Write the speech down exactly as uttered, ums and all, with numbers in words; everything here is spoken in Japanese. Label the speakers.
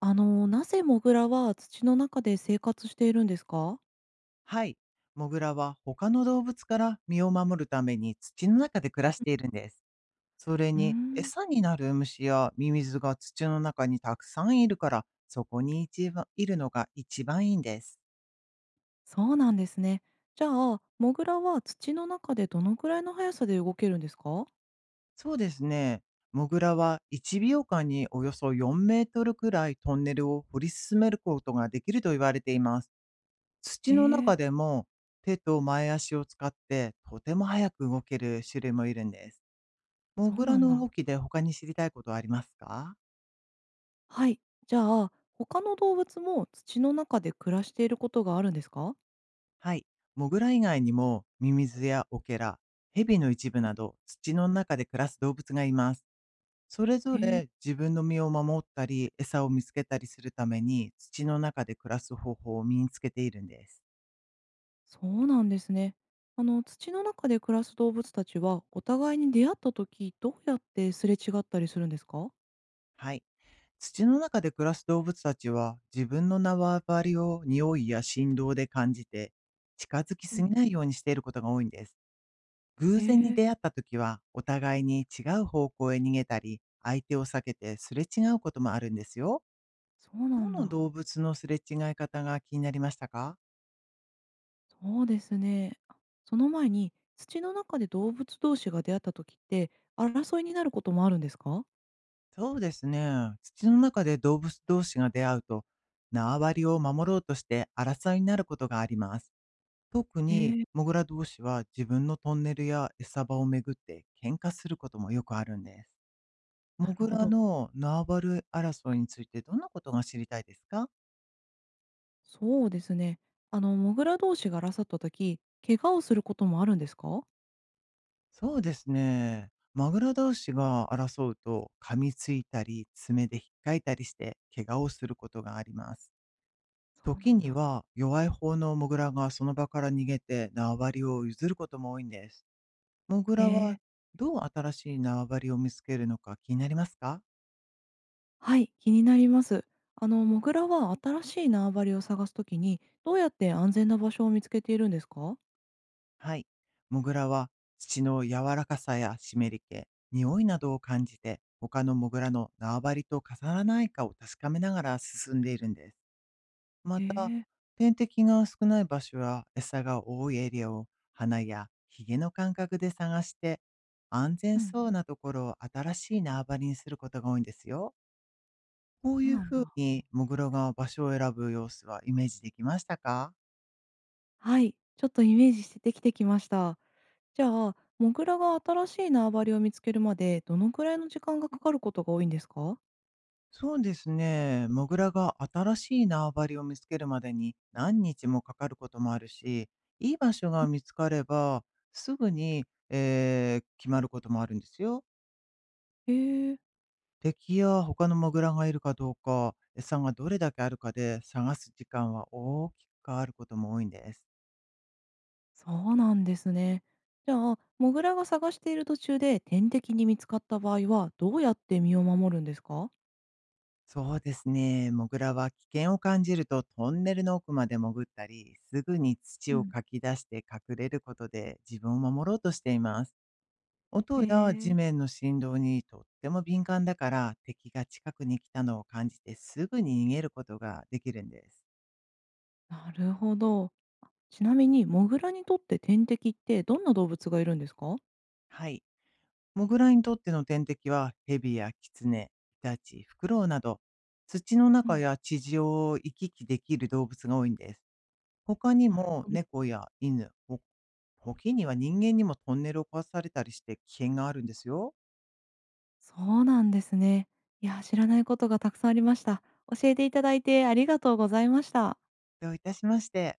Speaker 1: あの、なぜモグラは土の中で生活しているんですか？
Speaker 2: はい。モグラは他の動物から身を守るために土の中で暮らしているんです。それ
Speaker 1: うー
Speaker 2: に
Speaker 1: ん、
Speaker 2: 餌になる虫やミミズが土の中にたくさんいるから、そこに一番いるのが一番いいんです。
Speaker 1: そうなんですね。じゃあ、モグラは土の中でどのくらいの速さで動けるんですか？
Speaker 2: そうですね。モグラはいちびょうかんにおよそよんメートルくらいトンネルを掘り進めることができると言われています。
Speaker 1: へ
Speaker 2: 土の
Speaker 1: え、
Speaker 2: 中でも手と前足を使ってとても早く動ける種類もいるんです。モ
Speaker 1: そう
Speaker 2: グ
Speaker 1: な
Speaker 2: ラ
Speaker 1: ん
Speaker 2: の
Speaker 1: だ。
Speaker 2: 動きで他に知りたいことはありますか。
Speaker 1: はい。じゃあ、他の動物も土の中で暮らしていることがあるんですか？
Speaker 2: はい。モグラ以外にも、ミミズやオケラ、ヘビの一部など、土の中で暮らす動物がいます。それぞ
Speaker 1: へえ、
Speaker 2: れ自分の身を守ったり、餌を見つけたりするために、土の中で暮らす方法を身につけているんです。
Speaker 1: そうなんですね。あの、土の中で暮らす動物たちは、お互いに出会った時、どうやってすれ違ったりするんですか？
Speaker 2: はい。土の中で暮らす動物たちは、自分の縄張りを匂いや振動で感じて、近づき
Speaker 1: う
Speaker 2: すぎ
Speaker 1: ん、
Speaker 2: ないようにしていることが多いんです。
Speaker 1: へ
Speaker 2: 偶然に
Speaker 1: え、
Speaker 2: 出会った時は、お互いに違う方向へ逃げたり、相手を避けてすれ違うこともあるんですよ。
Speaker 1: そうな
Speaker 2: ど
Speaker 1: ん
Speaker 2: の
Speaker 1: だ。
Speaker 2: 動物のすれ違い方が気になりましたか。
Speaker 1: そうですね。あ、その前に、土の中で動物同士が出会った時って、争いになることもあるんですか？
Speaker 2: そうですね。土の中で動物同士が出会うと、縄張りを守ろうとして争いになることがあります。特
Speaker 1: え
Speaker 2: に、
Speaker 1: え、
Speaker 2: モグラ同士は自分のトンネルや餌場をめぐって喧嘩することもよくあるんです。
Speaker 1: な
Speaker 2: モ
Speaker 1: る
Speaker 2: グ
Speaker 1: ほ
Speaker 2: ラ
Speaker 1: ど。
Speaker 2: の縄張り争いについてどんなことが知りたいですか。
Speaker 1: そうですね。あの、モグラ同士が争った時、怪我をすることもあるんですか？
Speaker 2: そうですね。マグロ同士が争うと噛みついたり爪で引っかいたりして怪我をすることがあります。
Speaker 1: そうな
Speaker 2: 時
Speaker 1: ん
Speaker 2: に
Speaker 1: だ。
Speaker 2: は弱い方のモグラがその場から逃げて縄張りを譲ることも多いんです。モグ
Speaker 1: へ
Speaker 2: ラ
Speaker 1: えー、
Speaker 2: はどう新しい縄張りを見つけるのか気になりますか。
Speaker 1: はい、気になります。あの、モグラは新しい縄張りを探す時に、どうやって安全な場所を見つけているんですか？
Speaker 2: はい。モグラは土の柔らかさや湿り気、匂いなどを感じて他のモグラの縄張りと重ならないかを確かめながら進んでいるんです。
Speaker 1: え
Speaker 2: また、
Speaker 1: え、
Speaker 2: 天敵が少ない場所や餌が多いエリアを鼻やヒゲの感覚で探して、安
Speaker 1: う
Speaker 2: 全
Speaker 1: ん、
Speaker 2: そうなところを新しい縄張りにすることが多いんですよ。こう
Speaker 1: そう
Speaker 2: いう
Speaker 1: なん
Speaker 2: ふう
Speaker 1: だ。
Speaker 2: にモグラが場所を選ぶ様子はイメージできましたか。
Speaker 1: はい、ちょっとイメージしてできてきました。じゃあ、モグラが新しい縄張りを見つけるまで、どのくらいの時間がかかることが多いんですか？
Speaker 2: そうですね。モグラが新しい縄張りを見つけるまでに何日もかかることもあるし、いい場所が見つかればすぐに、えー決まることもあるんですよ。
Speaker 1: へえ、
Speaker 2: 敵や他のモグラがいるかどうか、餌がどれだけあるかで探す時間は大きく変わることも多いんです。
Speaker 1: そうなんですね。じゃあ、モグラが探している途中で天敵に見つかった場合は、どうやって身を守るんですか？
Speaker 2: そうですね。モグラは危険を感じるとトンネルの奥まで潜ったり、すぐに
Speaker 1: う
Speaker 2: 土を
Speaker 1: ん、
Speaker 2: かき出して隠れることで自分を守ろうとしています。
Speaker 1: へ
Speaker 2: 音や地
Speaker 1: え、
Speaker 2: 面の振動にとっても敏感だから敵が近くに来たのを感じてすぐに逃げることができるんです。
Speaker 1: なるほど。あ、ちなみに、モグラにとって天敵ってどんな動物がいるんですか？
Speaker 2: はい。モグラにとっての天敵は、ヘビやキツネ、イタチ、フクロウなど、土の
Speaker 1: う
Speaker 2: 中
Speaker 1: ん、
Speaker 2: や地上を行き来できる動物が多いんです。他に
Speaker 1: なる
Speaker 2: も、
Speaker 1: ほど。
Speaker 2: 猫や犬、ほ時には人間にもトンネルを壊されたりして危険があるんですよ。
Speaker 1: そうなんですね。いや、知らないことがたくさんありました。教えていただいてありがとうございました。
Speaker 2: どういたしまして。